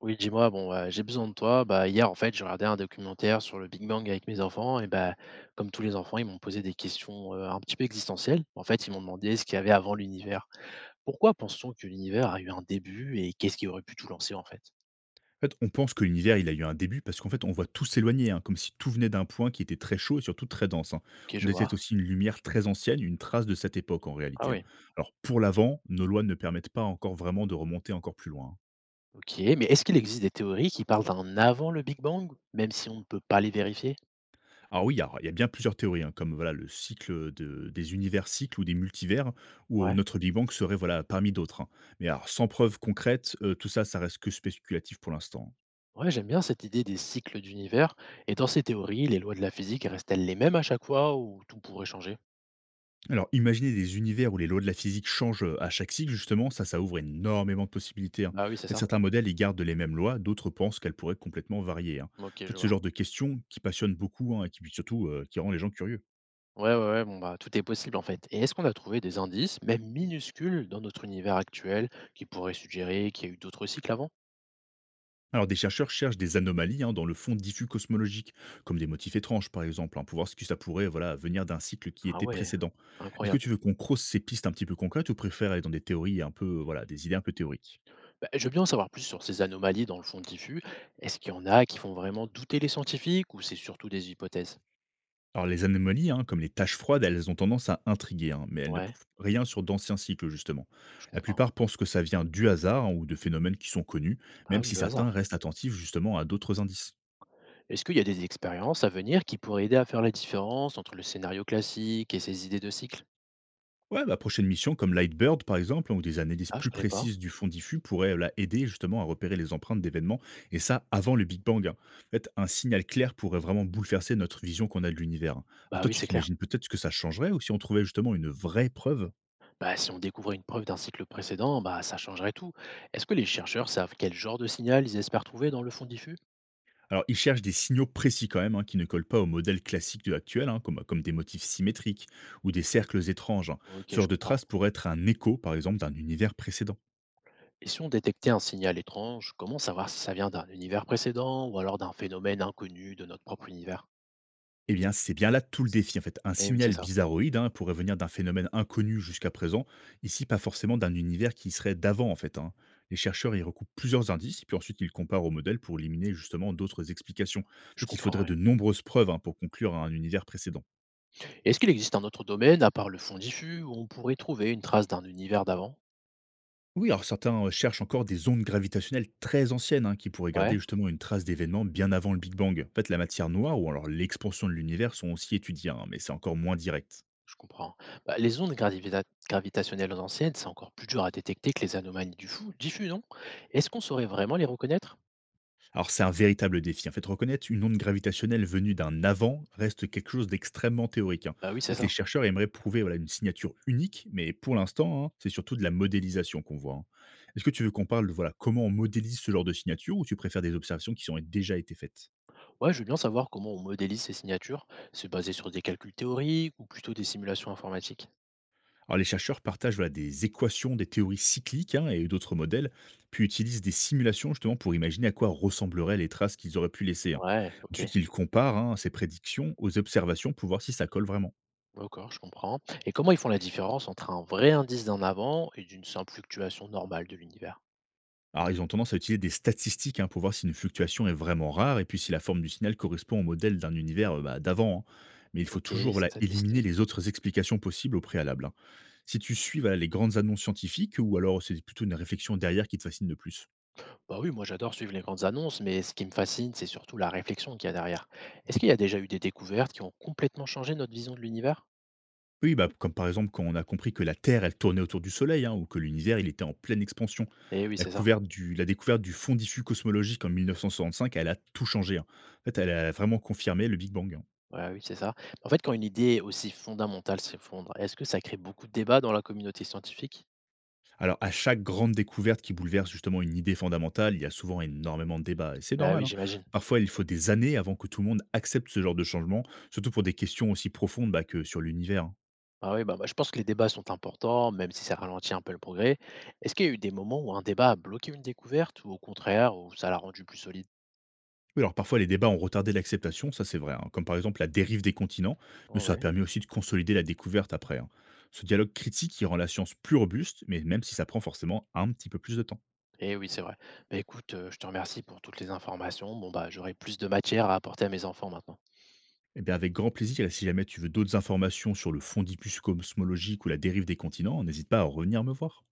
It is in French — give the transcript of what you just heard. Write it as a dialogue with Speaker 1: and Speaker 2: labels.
Speaker 1: Oui, dis-moi, bon, j'ai besoin de toi. Bah, hier, en fait, j'ai regardé un documentaire sur le Big Bang avec mes enfants et bah, comme tous les enfants, ils m'ont posé des questions, un petit peu existentielles. En fait, ils m'ont demandé ce qu'il y avait avant l'univers. Pourquoi pense-t-on que l'univers a eu un début et qu'est-ce qui aurait pu tout lancer, en fait?
Speaker 2: En fait, on pense que l'univers, il a eu un début parce qu'en fait, on voit tout s'éloigner, hein, comme si tout venait d'un point qui était très chaud et surtout très dense. Hein.
Speaker 1: OK,
Speaker 2: On
Speaker 1: je vois.
Speaker 2: détecte aussi une lumière très ancienne, une trace de cette époque en
Speaker 1: Ah
Speaker 2: réalité. Hein.
Speaker 1: oui.
Speaker 2: Alors, pour l'avant, nos lois ne permettent pas encore vraiment de remonter encore plus loin. Hein.
Speaker 1: OK, mais est-ce qu'il existe des théories qui parlent d'un avant le Big Bang, même si on ne peut pas les vérifier?
Speaker 2: Alors oui, alors, il y a bien plusieurs théories, hein, comme voilà le des univers cycles ou des multivers, où
Speaker 1: Ouais.
Speaker 2: notre Big Bang serait voilà parmi d'autres. Hein. Mais alors, sans preuve concrète, tout ça, ça reste que spéculatif pour l'instant. Hein.
Speaker 1: Ouais, j'aime bien cette idée des cycles d'univers et dans ces théories, les lois de la physique restent-elles les mêmes à chaque fois ou tout pourrait changer?
Speaker 2: Alors, imaginer des univers où les lois de la physique changent à chaque cycle, justement, ça ouvre énormément de possibilités. Hein.
Speaker 1: Bah oui,
Speaker 2: En
Speaker 1: c'est
Speaker 2: fait,
Speaker 1: ça.
Speaker 2: certains modèles, ils gardent les mêmes lois, d'autres pensent qu'elles pourraient complètement varier. Hein. En
Speaker 1: OK,
Speaker 2: fait,
Speaker 1: je
Speaker 2: ce
Speaker 1: vois.
Speaker 2: genre de questions qui passionne beaucoup, hein, et qui, surtout, qui rend les gens curieux.
Speaker 1: Ouais, ouais, ouais, bon, bah, tout est possible en fait. Et est-ce qu'on a trouvé des indices, même minuscules, dans notre univers actuel, qui pourraient suggérer qu'il y a eu d'autres cycles avant?
Speaker 2: Alors, des chercheurs cherchent des anomalies, hein, dans le fond diffus cosmologique, comme des motifs étranges, par exemple, hein, pour voir ce que ça pourrait voilà, venir d'un cycle qui
Speaker 1: Ah
Speaker 2: était
Speaker 1: ouais,
Speaker 2: précédent. Est-ce que
Speaker 1: incroyable.
Speaker 2: tu veux qu'on crosse ces pistes un petit peu concrètes ou préfères aller dans des théories un peu, voilà, des idées un peu théoriques?
Speaker 1: Bah, je veux bien en savoir plus sur ces anomalies dans le fond diffus. Est-ce qu'il y en a qui font vraiment douter les scientifiques ou c'est surtout des hypothèses?
Speaker 2: Alors les anomalies, hein, comme les taches froides, elles ont tendance à intriguer, hein, mais elles ne
Speaker 1: Ouais,
Speaker 2: prouvent rien sur d'anciens cycles, justement.
Speaker 1: je
Speaker 2: La
Speaker 1: comprends.
Speaker 2: plupart pensent que ça vient du hasard, hein, ou de phénomènes qui sont connus, même
Speaker 1: Ah oui,
Speaker 2: si
Speaker 1: le
Speaker 2: certains
Speaker 1: hasard.
Speaker 2: restent attentifs justement à d'autres indices.
Speaker 1: Est-ce qu'il y a des expériences à venir qui pourraient aider à faire la différence entre le scénario classique et ces idées de cycle?
Speaker 2: Ouais, la prochaine mission, comme Lightbird par exemple, hein, ou des analyses
Speaker 1: Ah, je
Speaker 2: plus
Speaker 1: connais pas.
Speaker 2: précises du fond diffus, pourraient là, aider justement à repérer les empreintes d'événements, et ça avant le Big Bang. Hein. En fait, un signal clair pourrait vraiment bouleverser notre vision qu'on a de l'univers. Hein. Alors
Speaker 1: Bah
Speaker 2: toi,
Speaker 1: oui,
Speaker 2: tu
Speaker 1: c'est clair.
Speaker 2: t'imagines peut-être ce que ça changerait, ou si on trouvait justement une vraie preuve?
Speaker 1: Bah, si on découvrait une preuve d'un cycle précédent, bah, ça changerait tout. Est-ce que les chercheurs savent quel genre de signal ils espèrent trouver dans le fond diffus?
Speaker 2: Alors, ils cherchent des signaux précis quand même, hein, qui ne collent pas au modèle classique de actuel, hein, comme des motifs symétriques ou des cercles étranges. Hein. Ce
Speaker 1: Ok,
Speaker 2: genre
Speaker 1: je
Speaker 2: de
Speaker 1: comprends.
Speaker 2: trace pourrait être un écho, par exemple, d'un univers précédent.
Speaker 1: Et si on détectait un signal étrange, comment savoir si ça vient d'un univers précédent ou alors d'un phénomène inconnu de notre propre univers?
Speaker 2: Eh bien, c'est bien là tout le défi, en fait. Un
Speaker 1: Eh oui, c'est
Speaker 2: signal
Speaker 1: ça.
Speaker 2: bizarroïde, hein, pourrait venir d'un phénomène inconnu jusqu'à présent, ici pas forcément d'un univers qui serait d'avant, en fait. Hein. Les chercheurs y recoupent plusieurs indices, et puis ensuite ils comparent au modèle pour éliminer justement d'autres explications. En
Speaker 1: Je
Speaker 2: fait, il
Speaker 1: comprends,
Speaker 2: faudrait
Speaker 1: ouais.
Speaker 2: de nombreuses preuves, hein, pour conclure à un univers précédent.
Speaker 1: Est-ce qu'il existe un autre domaine, à part le fond diffus, où on pourrait trouver une trace d'un univers d'avant?
Speaker 2: Oui, alors certains cherchent encore des ondes gravitationnelles très anciennes, hein, qui pourraient garder
Speaker 1: Ouais,
Speaker 2: justement une trace d'événements bien avant le Big Bang. En fait, la matière noire ou alors l'expansion de l'univers sont aussi étudiés, hein, mais c'est encore moins direct.
Speaker 1: je comprends. Bah, les gravitationnelles anciennes, c'est encore plus dur à détecter que les anomalies du fou, diffus, non? Est-ce qu'on saurait vraiment les reconnaître?
Speaker 2: Alors c'est un véritable défi. En fait, reconnaître une onde gravitationnelle venue d'un avant reste quelque chose d'extrêmement théorique, hein.
Speaker 1: Bah oui,
Speaker 2: En
Speaker 1: c'est
Speaker 2: fait, les
Speaker 1: ça.
Speaker 2: chercheurs aimeraient prouver, voilà, une signature unique, mais pour l'instant, hein, c'est surtout de la modélisation qu'on voit, hein. Est-ce que tu veux qu'on parle de, voilà, comment on modélise ce genre de signature ou tu préfères des observations qui ont déjà été faites?
Speaker 1: Ouais, je veux bien savoir comment on modélise ces signatures. C'est basé sur des calculs théoriques ou plutôt des simulations informatiques?
Speaker 2: Alors, les chercheurs partagent voilà, des équations, des théories cycliques, hein, et d'autres modèles, puis utilisent des simulations justement pour imaginer à quoi ressembleraient les traces qu'ils auraient pu laisser. Hein.
Speaker 1: Ouais, ok.
Speaker 2: Ensuite, ils comparent, hein, ces prédictions aux observations pour voir si ça colle vraiment.
Speaker 1: D'accord, je comprends. Et comment ils font la différence entre un vrai indice d'un avant et d'une simple fluctuation normale de l'univers?
Speaker 2: Alors, ils ont tendance à utiliser des statistiques, hein, pour voir si une fluctuation est vraiment rare et puis si la forme du signal correspond au modèle d'un univers bah, d'avant. Hein. Mais il faut
Speaker 1: Ok,
Speaker 2: toujours voilà, éliminer les
Speaker 1: statistique.
Speaker 2: autres explications possibles au préalable. Hein. Si tu suis voilà, les grandes annonces scientifiques ou alors c'est plutôt une réflexion derrière qui te fascine le plus?
Speaker 1: Bah oui, moi j'adore suivre les grandes annonces, mais ce qui me fascine, c'est surtout la réflexion qu'il y a derrière. Est-ce qu'il y a déjà eu des découvertes qui ont complètement changé notre vision de l'univers?
Speaker 2: Oui, bah, comme par exemple quand on a compris que la Terre, elle tournait autour du Soleil, hein, ou que l'univers, il était en pleine expansion.
Speaker 1: Eh oui, c'est ça.
Speaker 2: La découverte du fond diffus cosmologique en 1965, elle a tout changé. Hein. En fait, elle a vraiment confirmé le Big Bang. Hein.
Speaker 1: Ouais, oui, c'est ça. En fait, quand une idée aussi fondamentale s'effondre, est-ce que ça crée beaucoup de débats dans la communauté scientifique?
Speaker 2: Alors, à chaque grande découverte qui bouleverse justement une idée fondamentale, il y a souvent énormément de débats, et c'est
Speaker 1: Bah
Speaker 2: normal.
Speaker 1: oui,
Speaker 2: Hein.
Speaker 1: j'imagine.
Speaker 2: Parfois, il faut des années avant que tout le monde accepte ce genre de changement, surtout pour des questions aussi profondes bah, que sur l'univers. Hein.
Speaker 1: Ah oui, bah, bah, je pense que les débats sont importants, même si ça ralentit un peu le progrès. Est-ce qu'il y a eu des moments où un débat a bloqué une découverte ou au contraire, où ça l'a rendu plus solide?
Speaker 2: Oui, alors parfois les débats ont retardé l'acceptation, ça c'est vrai, hein, comme par exemple la dérive des continents, mais
Speaker 1: Ah
Speaker 2: ça a
Speaker 1: ouais.
Speaker 2: permis aussi de consolider la découverte après. Hein. Ce dialogue critique qui rend la science plus robuste, mais même si ça prend forcément un petit peu plus de temps.
Speaker 1: Eh oui, c'est vrai. Bah, écoute, je te remercie pour toutes les informations. Bon, bah, j'aurai plus de matière à apporter à mes enfants maintenant.
Speaker 2: Eh bien avec grand plaisir, et si jamais tu veux d'autres informations sur le fondipus cosmologique ou la dérive des continents, n'hésite pas à revenir me voir.